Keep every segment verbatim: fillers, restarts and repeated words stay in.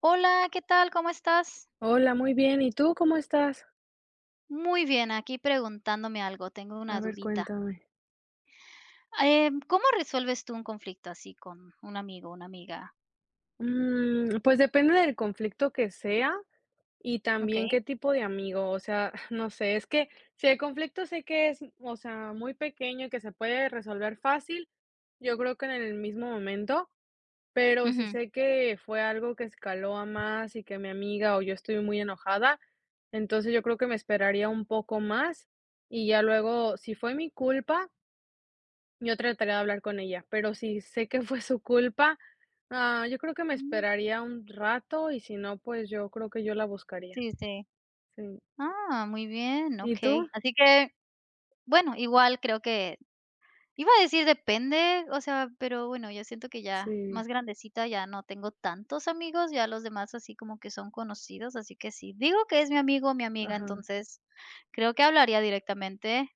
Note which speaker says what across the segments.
Speaker 1: Hola, ¿qué tal? ¿Cómo estás?
Speaker 2: Hola, muy bien. ¿Y tú cómo estás?
Speaker 1: Muy bien, aquí preguntándome algo, tengo
Speaker 2: A
Speaker 1: una
Speaker 2: ver,
Speaker 1: dudita.
Speaker 2: cuéntame.
Speaker 1: Em, ¿cómo resuelves tú un conflicto así con un amigo, una amiga?
Speaker 2: Mm, pues depende del conflicto que sea y
Speaker 1: ¿Ok?
Speaker 2: también qué tipo de amigo. O sea, no sé, es que si el conflicto sé que es, o sea, muy pequeño y que se puede resolver fácil, yo creo que en el mismo momento, pero si
Speaker 1: Ujú.
Speaker 2: sé que fue algo que escaló a más y que mi amiga o yo estoy muy enojada, entonces yo creo que me esperaría un poco más y ya luego, si fue mi culpa. Yo trataré de hablar con ella, pero si sé que fue su culpa, ah, yo creo que me
Speaker 1: Mm,
Speaker 2: esperaría un rato y si no, pues yo creo que yo la buscaría.
Speaker 1: sí, sí.
Speaker 2: Sí.
Speaker 1: Ah, muy bien,
Speaker 2: ¿Y
Speaker 1: Ok.
Speaker 2: tú?
Speaker 1: Así que, bueno, igual creo que iba a decir depende, o sea, pero bueno, yo siento que ya
Speaker 2: Sí,
Speaker 1: más grandecita ya no tengo tantos amigos, ya los demás así como que son conocidos, así que sí, digo que es mi amigo o mi amiga,
Speaker 2: ajá,
Speaker 1: entonces creo que hablaría directamente.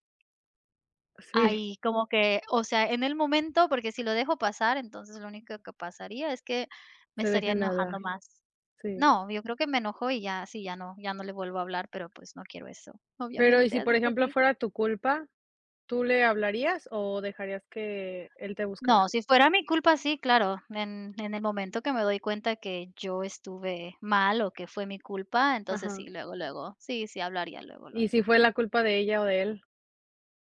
Speaker 2: sí,
Speaker 1: Ahí, como que, o sea, en el momento, porque si lo dejo pasar, entonces lo único que pasaría es que me
Speaker 2: se
Speaker 1: estaría
Speaker 2: dejen de
Speaker 1: enojando
Speaker 2: hablar,
Speaker 1: más.
Speaker 2: sí.
Speaker 1: No, yo creo que me enojo y ya, sí, ya no, ya no le vuelvo a hablar, pero pues no quiero eso,
Speaker 2: Pero, ¿y
Speaker 1: obviamente,
Speaker 2: si por
Speaker 1: así que
Speaker 2: ejemplo
Speaker 1: sí.
Speaker 2: fuera tu culpa, tú le hablarías o dejarías que él te buscara?
Speaker 1: No, si fuera mi culpa, sí, claro, en, en el momento que me doy cuenta que yo estuve mal o que fue mi culpa, entonces
Speaker 2: Ajá.
Speaker 1: sí, luego, luego, sí, sí, hablaría luego,
Speaker 2: ¿Y si
Speaker 1: luego.
Speaker 2: fue la culpa de ella o de él,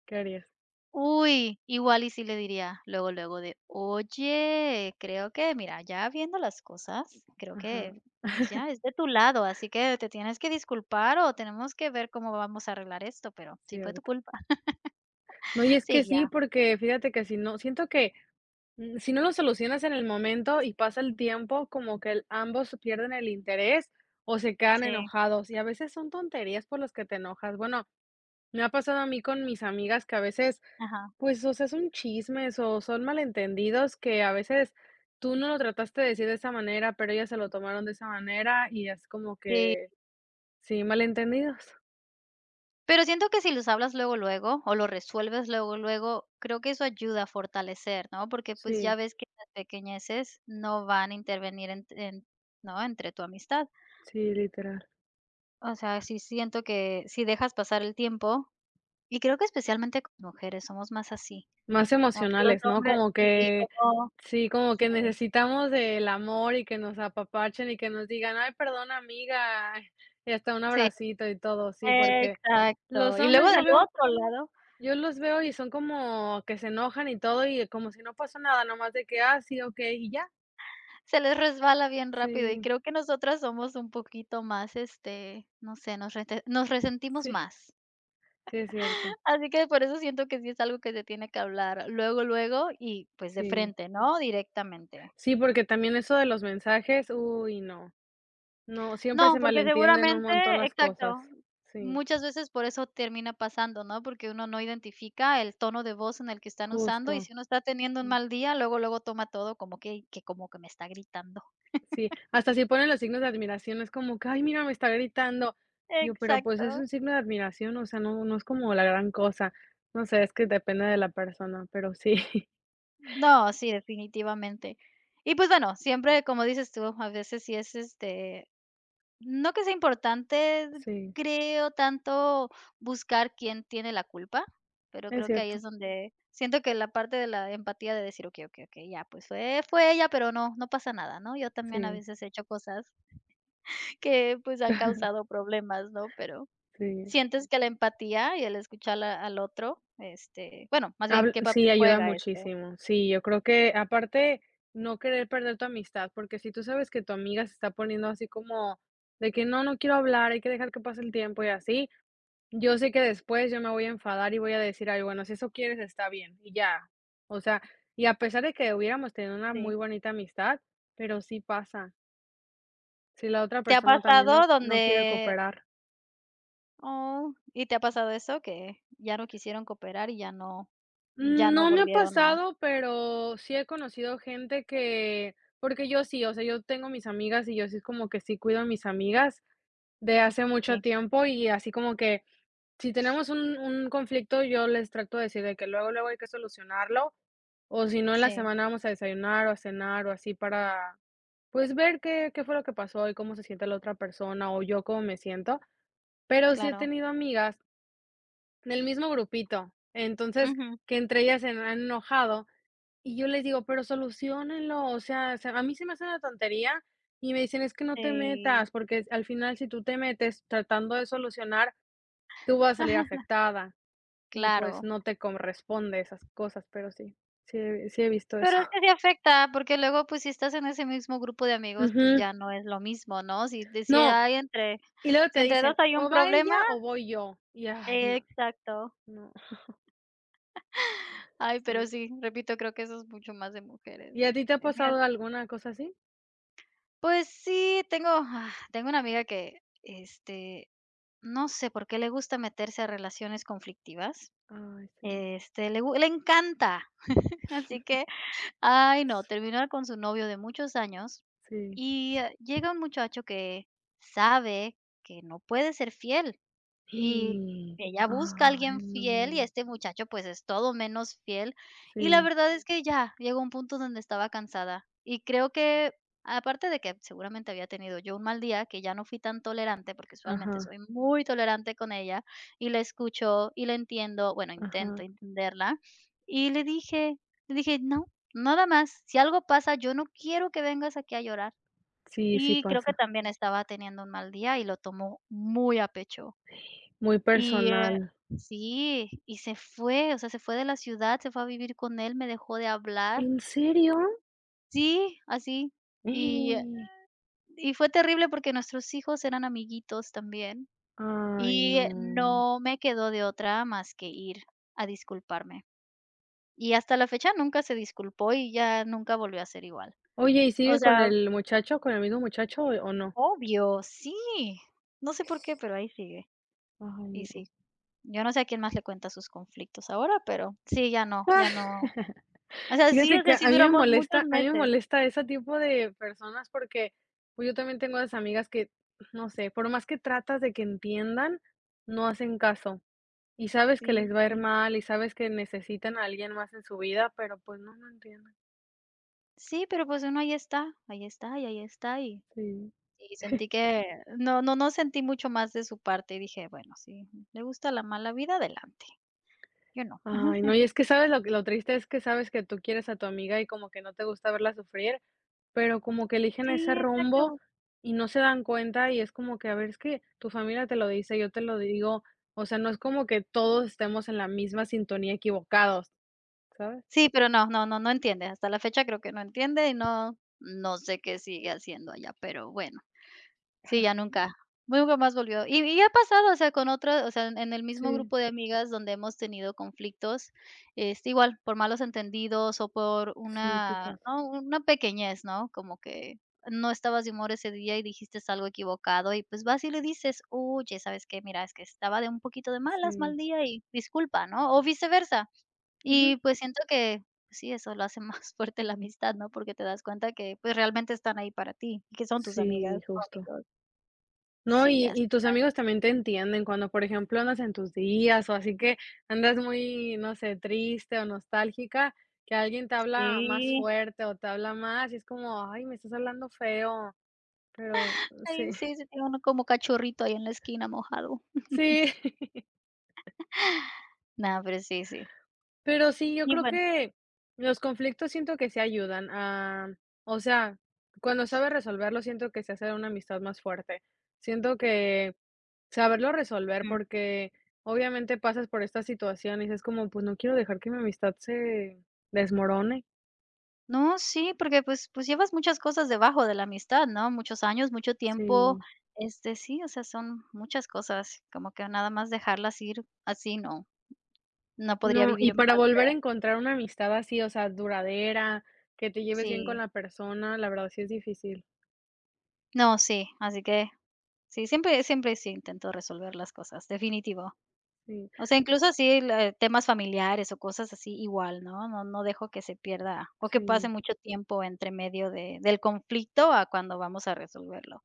Speaker 2: qué harías?
Speaker 1: Uy, igual y sí le diría luego, luego de, oye, creo que, mira, ya viendo las cosas, creo
Speaker 2: Ajá,
Speaker 1: que pues ya es de tu lado, así que te tienes que disculpar o tenemos que ver cómo vamos a arreglar esto, pero sí fue tu
Speaker 2: cierto.
Speaker 1: culpa.
Speaker 2: No, y es
Speaker 1: Sí,
Speaker 2: que sí,
Speaker 1: ya,
Speaker 2: porque fíjate que si no, siento que mm, si no lo solucionas en el momento y pasa el tiempo, como que el ambos pierden el interés o se quedan
Speaker 1: sí,
Speaker 2: enojados, y a veces son tonterías por las que te enojas. Bueno, me ha pasado a mí con mis amigas que a veces,
Speaker 1: ajá,
Speaker 2: pues, o sea, son chismes o son malentendidos que a veces tú no lo trataste de decir de esa manera, pero ellas se lo tomaron de esa manera y es como
Speaker 1: sí.
Speaker 2: que sí, malentendidos.
Speaker 1: Pero siento que si los hablas luego, luego, o lo resuelves luego, luego, creo que eso ayuda a fortalecer, ¿no? Porque pues
Speaker 2: Sí,
Speaker 1: ya ves que las pequeñeces no van a intervenir en, en- ¿no?, entre tu amistad.
Speaker 2: sí, literal.
Speaker 1: O sea, sí siento que si dejas pasar el tiempo, y creo que especialmente con mujeres somos más así.
Speaker 2: Más
Speaker 1: Como que los
Speaker 2: emocionales, ¿no?
Speaker 1: hombres
Speaker 2: Como
Speaker 1: sí,
Speaker 2: que
Speaker 1: como
Speaker 2: sí, como
Speaker 1: sí,
Speaker 2: que necesitamos del amor y que nos apapachen y que nos digan: "Ay, perdón, amiga", y hasta un
Speaker 1: sí,
Speaker 2: abracito y todo, sí, porque los
Speaker 1: exacto. Y luego
Speaker 2: hombres yo
Speaker 1: del
Speaker 2: veo
Speaker 1: otro lado,
Speaker 2: yo los veo
Speaker 1: así,
Speaker 2: y son como que se enojan y todo, y como si no pasó nada, nomás de que: "Ah, sí, okey", y ya.
Speaker 1: se les resbala bien rápido, y
Speaker 2: Sí,
Speaker 1: creo que nosotras somos un poquito más, este, no sé, nos rete nos resentimos
Speaker 2: sí,
Speaker 1: más.
Speaker 2: sí es cierto.
Speaker 1: Así que por eso siento que sí es algo que se tiene que hablar luego, luego y, pues, de
Speaker 2: Sí.
Speaker 1: frente, ¿no?, directamente.
Speaker 2: Sí, porque también eso de los mensajes, uy, no. No, siempre
Speaker 1: No,
Speaker 2: se
Speaker 1: porque
Speaker 2: malentienden un
Speaker 1: seguramente.
Speaker 2: montón las cosas.
Speaker 1: Exacto.
Speaker 2: Sí,
Speaker 1: Muchas veces por eso termina pasando, ¿no? Porque uno no identifica el tono de voz en el que están usando, y
Speaker 2: justo,
Speaker 1: si uno está teniendo un
Speaker 2: sí.
Speaker 1: mal día, luego, luego toma todo como que que como que me está gritando.
Speaker 2: Sí, hasta si ponen los signos de admiración, es como que: "Ay, mira, me está gritando". Yo: "Pero, pues, es
Speaker 1: Exacto.
Speaker 2: un signo de admiración, o sea, no no es como la gran cosa". No sé, es que depende de la persona, pero sí,
Speaker 1: No, sí, definitivamente. Y, pues, bueno, siempre, como dices tú, a veces sí es, este, no que sea importante,
Speaker 2: sí,
Speaker 1: creo, tanto buscar quién tiene la culpa, pero
Speaker 2: es
Speaker 1: creo que ahí es
Speaker 2: cierto.
Speaker 1: donde siento que la parte de la empatía de decir: "Okey, okey, okey, ya, pues fue fue ella, pero no, no pasa nada", ¿no? Yo también a
Speaker 2: Sí,
Speaker 1: veces he hecho cosas que, pues, han causado problemas, ¿no? Pero
Speaker 2: sí.
Speaker 1: sientes que la empatía y el escuchar a al otro, este, bueno, más bien,
Speaker 2: Habl
Speaker 1: ¿qué
Speaker 2: Sí,
Speaker 1: papel
Speaker 2: ayuda
Speaker 1: juega esto?
Speaker 2: muchísimo. Sí, yo creo que, aparte, no querer perder tu amistad, porque si tú sabes que tu amiga se está poniendo así como de que: "No, no quiero hablar, hay que dejar que pase el tiempo", y así, yo sé que después yo me voy a enfadar y voy a decir: "Ay, bueno, si eso quieres, está bien", y ya. O sea, y a pesar de que hubiéramos tenido una muy
Speaker 1: Sí.
Speaker 2: bonita amistad, pero sí pasa, si la otra
Speaker 1: ¿Te ha
Speaker 2: persona también
Speaker 1: pasado
Speaker 2: no no quiere
Speaker 1: donde
Speaker 2: cooperar.
Speaker 1: Oh, ¿y te ha pasado eso? Que ya no quisieron cooperar y ya no ya no
Speaker 2: No me ha
Speaker 1: volvieron a
Speaker 2: pasado, pero sí he conocido gente que porque yo sí, o sea, yo tengo mis amigas y yo sí es como que sí cuido a mis amigas de hace mucho
Speaker 1: Sí,
Speaker 2: tiempo y así como que si tenemos un un conflicto, yo les trato de decir de que luego, luego hay que solucionarlo, o si no, en la
Speaker 1: sí,
Speaker 2: semana vamos a desayunar o a cenar o así para, pues, ver qué qué fue lo que pasó y cómo se siente la otra persona, o yo cómo me siento. Pero sí he
Speaker 1: claro.
Speaker 2: tenido amigas del mismo grupito, entonces,
Speaker 1: Ujú,
Speaker 2: que entre ellas se han enojado y yo les digo: "Pero solucionenlo, o sea, se a mí se me hace una tontería y me dicen: "Es que no te
Speaker 1: sí.
Speaker 2: metas, porque al final, si tú te metes tratando de solucionar, tú vas a salir
Speaker 1: Ajá,
Speaker 2: afectada". Y, pues,
Speaker 1: claro.
Speaker 2: no te corresponde esas cosas, pero sí, sí he sí he visto eso.
Speaker 1: Pero es que sí afecta, porque luego, pues, si estás en ese mismo grupo de amigos, pues,
Speaker 2: Ujú.
Speaker 1: ya no es lo mismo, ¿no? Si de si
Speaker 2: No,
Speaker 1: hay entre
Speaker 2: y luego te
Speaker 1: si entre dos
Speaker 2: dicen:
Speaker 1: hay un
Speaker 2: "O va
Speaker 1: problema
Speaker 2: ella o voy yo". Y, ay,
Speaker 1: eh,
Speaker 2: no,
Speaker 1: Exacto.
Speaker 2: no,
Speaker 1: Ay, pero
Speaker 2: sí.
Speaker 1: sí, repito, creo que eso es mucho más de mujeres.
Speaker 2: ¿Y a ti te ha
Speaker 1: Eh, mira,
Speaker 2: pasado alguna cosa así?
Speaker 1: pues sí, tengo ah, tengo una amiga que, este, no sé por qué le gusta meterse a relaciones conflictivas.
Speaker 2: Ay, sí,
Speaker 1: Este, le gu le encanta. Así que, ay, no, terminar con su novio de muchos años
Speaker 2: sí.
Speaker 1: y, eh, llega un muchacho que sabe que no puede ser fiel y
Speaker 2: Sí.
Speaker 1: ella busca a
Speaker 2: Ay,
Speaker 1: alguien fiel y
Speaker 2: no.
Speaker 1: este muchacho, pues, es todo menos fiel. Y la
Speaker 2: Sí,
Speaker 1: verdad es que ya llegó un punto donde estaba cansada. Y creo que, aparte de que seguramente había tenido yo un mal día, que ya no fui tan tolerante, porque usualmente
Speaker 2: ajá,
Speaker 1: soy muy tolerante con ella, y la escucho y la entiendo, bueno,
Speaker 2: ajá.
Speaker 1: intento entenderla. Y le dije le dije: "No, nada más. Si algo pasa, yo no quiero que vengas aquí a llorar".
Speaker 2: Sí, sí
Speaker 1: Y creo que
Speaker 2: pasa.
Speaker 1: también estaba teniendo un mal día y lo tomó muy a pecho.
Speaker 2: Muy
Speaker 1: Y, eh
Speaker 2: personal.
Speaker 1: sí, y se fue, o sea, se fue de la ciudad, se fue a vivir con él, me dejó de hablar.
Speaker 2: ¿En serio?
Speaker 1: Sí, así. Y, eh,
Speaker 2: Sí.
Speaker 1: y fue terrible porque nuestros hijos eran amiguitos también,
Speaker 2: Ay,
Speaker 1: y eh,
Speaker 2: no.
Speaker 1: no me quedó de otra más que ir a disculparme. Y hasta la fecha nunca se disculpó y ya nunca volvió a ser igual.
Speaker 2: Oye, ¿y
Speaker 1: O
Speaker 2: sigue con
Speaker 1: sea,
Speaker 2: el muchacho, con el mismo muchacho o o no?
Speaker 1: obvio, sí. No sé por qué, pero ahí sigue. Y
Speaker 2: Ay,
Speaker 1: sí, yo no sé a quién más le cuenta sus conflictos ahora, pero sí, ya no,
Speaker 2: ah,
Speaker 1: ya no O sea, sí,
Speaker 2: fíjate
Speaker 1: o
Speaker 2: que
Speaker 1: sea, sí
Speaker 2: a mí me
Speaker 1: duramos muchos
Speaker 2: molesta a mí me
Speaker 1: meses.
Speaker 2: molesta ese tipo de personas porque, pues, yo también tengo las amigas que, no sé, por más que tratas de que entiendan, no hacen caso, y sabes que
Speaker 1: Sí,
Speaker 2: les va a ir mal, y sabes que necesitan a alguien más en su vida, pero, pues, no, no entienden.
Speaker 1: sí, pero pues uno ahí está, ahí está, y ahí está, y
Speaker 2: Sí.
Speaker 1: y sentí que no, no, no sentí mucho más de su parte, y dije: "Bueno, si le gusta la mala vida, adelante, yo no".
Speaker 2: Ay, no, y es que, ¿sabes? Lo que lo triste es que sabes que tú quieres a tu amiga y como que no te gusta verla sufrir. Pero como que eligen ese
Speaker 1: Sí,
Speaker 2: rumbo
Speaker 1: exacto.
Speaker 2: y no se dan cuenta, y es como que, a ver, es que tu familia te lo dice, yo te lo digo, o sea, no es como que todos estemos en la misma sintonía equivocados, ¿sabes?
Speaker 1: Sí, pero no, no, no, no entiende. Hasta la fecha creo que no entiende y no, no sé qué sigue haciendo allá, pero bueno. Sí,
Speaker 2: Ajá.
Speaker 1: ya nunca. Nunca más volvió. Y y ha pasado, o sea, con otras, o sea, en en el mismo
Speaker 2: Sí,
Speaker 1: grupo de amigas donde hemos tenido conflictos, este, igual, por malos entendidos o por
Speaker 2: sí, sí
Speaker 1: una,
Speaker 2: pasa.
Speaker 1: ¿no? Una pequeñez, ¿no? Como que no estabas de humor ese día y dijiste algo equivocado y pues vas y le dices, oye, ¿sabes qué? Mira, es que estaba de un poquito de malas,
Speaker 2: Sí.
Speaker 1: mal día y disculpa, ¿no? O viceversa.
Speaker 2: Ujú.
Speaker 1: Y pues siento que pues sí, eso lo hace más fuerte la amistad, ¿no? Porque te das cuenta que pues realmente están ahí para ti y que son tus amigas
Speaker 2: Sí,
Speaker 1: o
Speaker 2: justo.
Speaker 1: amigos.
Speaker 2: No,
Speaker 1: Sí,
Speaker 2: y
Speaker 1: así
Speaker 2: y tus amigos también te entienden cuando, por ejemplo, andas en tus días o así que andas muy, no sé, triste o nostálgica, que alguien te habla más
Speaker 1: sí.
Speaker 2: fuerte o te habla más y es como, ay, me estás hablando feo, pero sí.
Speaker 1: Ay, sí, se tiene uno como cachorrito ahí en la esquina mojado.
Speaker 2: Sí,
Speaker 1: No, pero sí, sí.
Speaker 2: pero sí, yo
Speaker 1: Y
Speaker 2: creo
Speaker 1: bueno.
Speaker 2: que los conflictos siento que se ayudan a, o sea, cuando sabes resolverlo, siento que se hace una amistad más fuerte. Siento que saberlo resolver,
Speaker 1: Ujú.
Speaker 2: porque obviamente pasas por esta situación y es como, pues no quiero dejar que mi amistad se desmorone.
Speaker 1: No, sí, porque, pues pues, llevas muchas cosas debajo de la amistad, ¿no? Muchos años, mucho tiempo,
Speaker 2: Sí.
Speaker 1: este, sí, o sea, son muchas cosas, como que nada más dejarlas ir así, no, no podría
Speaker 2: No,
Speaker 1: vivir
Speaker 2: y
Speaker 1: en
Speaker 2: para
Speaker 1: paz,
Speaker 2: volver a
Speaker 1: creo.
Speaker 2: encontrar una amistad así, o sea, duradera, que te lleves bien con
Speaker 1: Sí.
Speaker 2: la persona, la verdad sí es difícil.
Speaker 1: No, sí, así que sí, siempre siempre sí intento resolver las cosas, definitivo.
Speaker 2: Sí,
Speaker 1: O sea, incluso así la temas familiares o cosas así, igual, ¿no? No no dejo que se pierda o que pase
Speaker 2: sí.
Speaker 1: mucho tiempo entre medio de del conflicto a cuando vamos a resolverlo.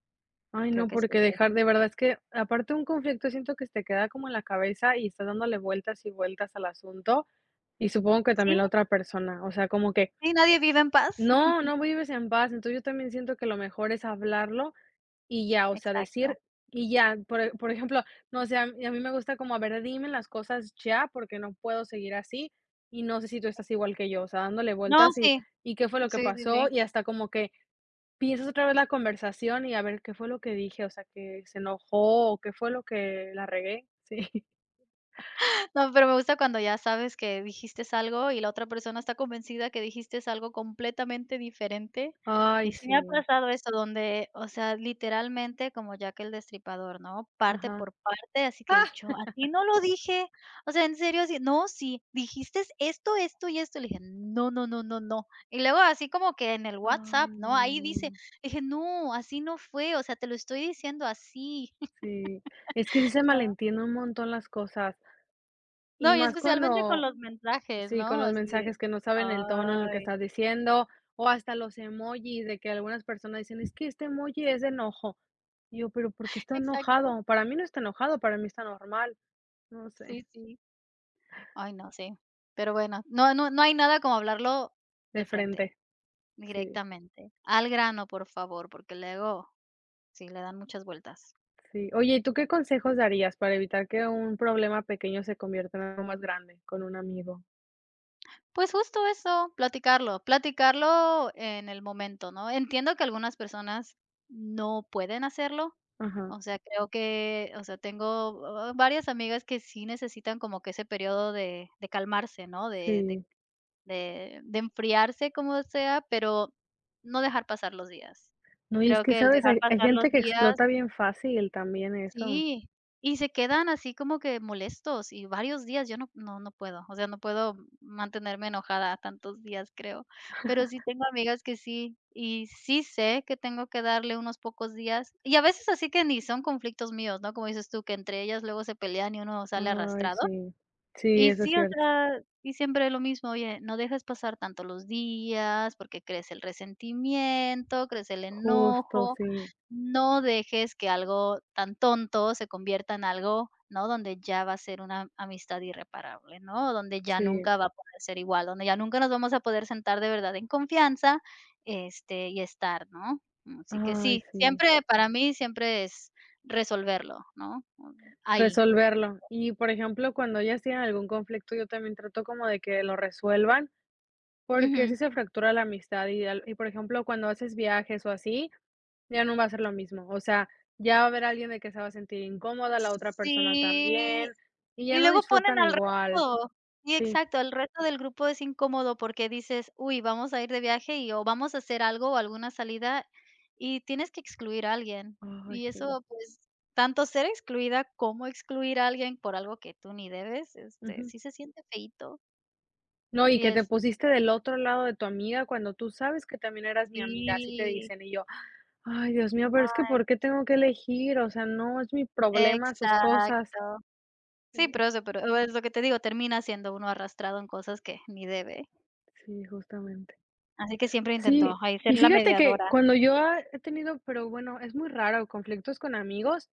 Speaker 2: Ay,
Speaker 1: Creo
Speaker 2: no,
Speaker 1: que sí
Speaker 2: porque
Speaker 1: es de
Speaker 2: dejar de verdad es que, aparte un conflicto siento que se te queda como en la cabeza y estás dándole vueltas y vueltas al asunto, y supongo que también
Speaker 1: sí,
Speaker 2: la otra persona, o sea, como que,
Speaker 1: sí, nadie vive en paz.
Speaker 2: no, no vives en paz, entonces yo también siento que lo mejor es hablarlo y ya, o sea,
Speaker 1: Exacto.
Speaker 2: decir y ya, por e por ejemplo, no sé, a mí a mí me gusta como, a ver, dime las cosas ya, porque no puedo seguir así, y no sé si tú estás igual que yo, o sea, dándole
Speaker 1: No,
Speaker 2: vueltas y
Speaker 1: sí.
Speaker 2: y qué fue lo que
Speaker 1: Sí, sí, sí.
Speaker 2: pasó, y hasta como que piensas otra vez la conversación y a ver qué fue lo que dije, o sea, que se enojó o qué fue lo que la regué, sí.
Speaker 1: No, pero me gusta cuando ya sabes que dijiste algo y la otra persona está convencida que dijiste algo completamente diferente.
Speaker 2: Ay,
Speaker 1: Y sí me ha
Speaker 2: sí,
Speaker 1: pasado eso donde, o sea, literalmente como Jack el Destripador, ¿no? Parte
Speaker 2: ajá.
Speaker 1: por parte, así
Speaker 2: ¡Ah!
Speaker 1: que yo a ti no lo dije. O sea, en serio, así, no, sí, dijiste esto, esto y esto. Le dije, no, no, no, no, no. Y luego así como que en el
Speaker 2: Ay,
Speaker 1: WhatsApp, ¿no?
Speaker 2: no,
Speaker 1: Ahí dice, dije, no, así no fue, o sea, te lo estoy diciendo así.
Speaker 2: sí. Es que sí se malentienden un montón las cosas, y
Speaker 1: No, y
Speaker 2: más
Speaker 1: especialmente con
Speaker 2: cuando
Speaker 1: los mensajes,
Speaker 2: sí, con
Speaker 1: ¿no?
Speaker 2: los
Speaker 1: Así de
Speaker 2: mensajes que no saben el tono en lo que
Speaker 1: ay,
Speaker 2: estás diciendo, o hasta los emojis de que algunas personas dicen: "Es que este emoji es de enojo". Y yo: "Pero, ¿por qué está
Speaker 1: exacto,
Speaker 2: enojado? Para mí no está enojado, para mí está normal". No sé,
Speaker 1: sí, sí. Ay, no, sí. Pero bueno, no, no, no hay nada como hablarlo de
Speaker 2: de
Speaker 1: frente,
Speaker 2: frente, sí.
Speaker 1: directamente. Al grano, por favor, porque luego sí, le dan muchas vueltas.
Speaker 2: Sí. Oye, ¿y tú qué consejos darías para evitar que un problema pequeño se convierta en algo más grande con un amigo?
Speaker 1: Pues justo eso, platicarlo, platicarlo en el momento, ¿no? Entiendo que algunas personas no pueden hacerlo,
Speaker 2: Ajá,
Speaker 1: o sea, creo que, o sea, tengo uh, varias amigas que sí necesitan como que ese periodo de, de calmarse, ¿no? De, de,
Speaker 2: sí.
Speaker 1: de, de enfriarse como sea, pero no dejar pasar los días.
Speaker 2: No, y es
Speaker 1: Creo
Speaker 2: que,
Speaker 1: que el
Speaker 2: ¿sabes?
Speaker 1: dejar
Speaker 2: Hay, hay
Speaker 1: pasar
Speaker 2: gente
Speaker 1: los
Speaker 2: que
Speaker 1: días.
Speaker 2: explota bien fácil también eso.
Speaker 1: Sí, y se quedan así como que molestos y varios días, yo no, no, no puedo, o sea, no puedo mantenerme enojada tantos días, creo, pero sí tengo amigas que sí, y sí sé que tengo que darle unos pocos días, y a veces así que ni son conflictos míos, ¿no? Como dices tú, que entre ellas luego se pelean y uno sale
Speaker 2: Ay,
Speaker 1: arrastrado.
Speaker 2: sí. Sí,
Speaker 1: Y
Speaker 2: eso es
Speaker 1: sí, o
Speaker 2: cierto.
Speaker 1: sea, y siempre lo mismo, oye, no dejes pasar tanto los días porque crece el resentimiento, crece el
Speaker 2: Justo,
Speaker 1: enojo,
Speaker 2: sí,
Speaker 1: no dejes que algo tan tonto se convierta en algo, ¿no? Donde ya va a ser una amistad irreparable, ¿no? Donde ya
Speaker 2: sí.
Speaker 1: nunca va a poder ser igual, donde ya nunca nos vamos a poder sentar de verdad en confianza, este, y estar, ¿no? Así que
Speaker 2: Ay,
Speaker 1: sí,
Speaker 2: sí.
Speaker 1: siempre para mí siempre es resolverlo, ¿no? Ahí.
Speaker 2: Resolverlo. Y, por ejemplo, cuando ellas tienen algún conflicto, yo también trato como de que lo resuelvan, porque si
Speaker 1: Ujú.
Speaker 2: se fractura la amistad y, al- y, por ejemplo, cuando haces viajes o así, ya no va a ser lo mismo, o sea, ya va a haber alguien de que se va a sentir incómoda, la otra persona
Speaker 1: Sí.
Speaker 2: también, y ya
Speaker 1: Y
Speaker 2: no
Speaker 1: luego ponen
Speaker 2: disfrutan
Speaker 1: al
Speaker 2: igual.
Speaker 1: resto. Sí,
Speaker 2: Sí,
Speaker 1: exacto, el resto del grupo es incómodo porque dices: "Uy, vamos a ir de viaje y o vamos a hacer algo o alguna salida", y tienes que excluir a alguien.
Speaker 2: ay,
Speaker 1: Y
Speaker 2: sí,
Speaker 1: eso, pues, tanto ser excluida como excluir a alguien por algo que tú ni debes, este,
Speaker 2: ujú.
Speaker 1: sí se siente feíto.
Speaker 2: No, y
Speaker 1: Y
Speaker 2: que te
Speaker 1: es
Speaker 2: pusiste del otro lado de tu amiga cuando tú sabes que también eras mi amiga, así te
Speaker 1: sí.
Speaker 2: dicen, y yo: "Ay, Dios mío, pero es que, ¿por qué tengo que elegir? O sea, no es mi problema sus cosas".
Speaker 1: Exacto. Sí,
Speaker 2: Sí,
Speaker 1: pero eso, pero es lo que te digo, termina siendo uno arrastrado en cosas que ni debe.
Speaker 2: sí, justamente.
Speaker 1: Así que siempre intento
Speaker 2: Sí,
Speaker 1: ahí ser
Speaker 2: y
Speaker 1: la
Speaker 2: fíjate que
Speaker 1: mediadora.
Speaker 2: cuando yo ha he tenido, pero bueno, es muy raro, conflictos con amigos,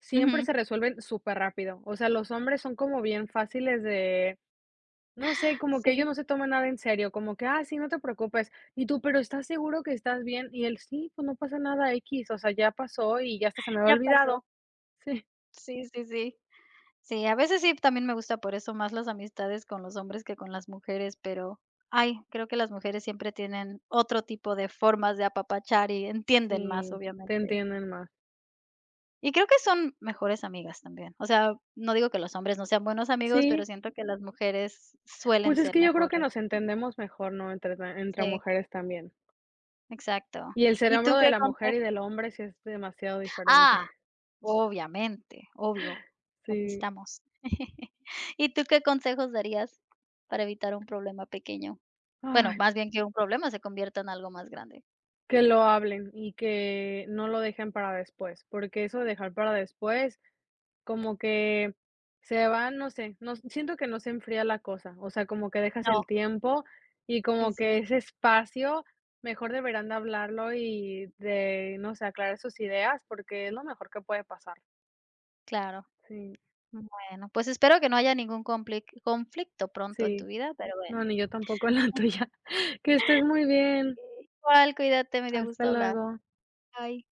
Speaker 2: siempre
Speaker 1: Ujú.
Speaker 2: se resuelven súper rápido. O sea, los hombres son como bien fáciles de, no sé, como que ellos
Speaker 1: Sí.
Speaker 2: no se toman nada en serio, como que: "Ah, sí, no te preocupes". Y tú: "Pero, ¿estás seguro que estás bien?". Y él: "Sí, pues no pasa nada, x. o sea, ya pasó y ya hasta se me había
Speaker 1: Ya pasó.
Speaker 2: olvidado". Sí,
Speaker 1: Sí, sí, sí. Sí, a veces sí, también me gusta por eso más las amistades con los hombres que con las mujeres, pero, ay, creo que las mujeres siempre tienen otro tipo de formas de apapachar y entienden más,
Speaker 2: sí, te
Speaker 1: obviamente.
Speaker 2: entienden más.
Speaker 1: Y creo que son mejores amigas también. O sea, no digo que los hombres no sean buenos amigos, pero
Speaker 2: Sí,
Speaker 1: siento que las mujeres
Speaker 2: pues
Speaker 1: suelen
Speaker 2: es
Speaker 1: ser
Speaker 2: que yo creo que
Speaker 1: mejores.
Speaker 2: nos entendemos mejor, ¿no? Entre entre
Speaker 1: Sí,
Speaker 2: mujeres también.
Speaker 1: exacto.
Speaker 2: Y el
Speaker 1: ¿Y tú
Speaker 2: cerebro de
Speaker 1: qué
Speaker 2: la mujer
Speaker 1: conse?
Speaker 2: y del hombre sí es demasiado diferente.
Speaker 1: Ah. Obviamente, obvio, aquí
Speaker 2: Sí.
Speaker 1: estamos. ¿Y tú qué consejos darías para evitar un problema pequeño? Bueno,
Speaker 2: Ay,
Speaker 1: más bien que un problema se convierta en algo más grande.
Speaker 2: que lo hablen y que no lo dejen para después, porque eso de dejar para después, como que se va, no sé, no siento que no se enfría la cosa, o sea, como que dejas el
Speaker 1: No,
Speaker 2: tiempo y
Speaker 1: sí,
Speaker 2: como que
Speaker 1: sí,
Speaker 2: ese espacio, mejor deberán de hablarlo y de, no sé, aclarar sus ideas, porque es lo mejor que puede pasar.
Speaker 1: claro.
Speaker 2: Sí,
Speaker 1: Bueno, pues espero que no haya ningún compli- conflicto pronto en
Speaker 2: sí.
Speaker 1: tu vida, pero
Speaker 2: No,
Speaker 1: bueno.
Speaker 2: ni yo tampoco en la tuya. Que estés muy bien.
Speaker 1: Igual, cuídate, me dio
Speaker 2: Hasta
Speaker 1: gusto hablar.
Speaker 2: luego.
Speaker 1: Bye.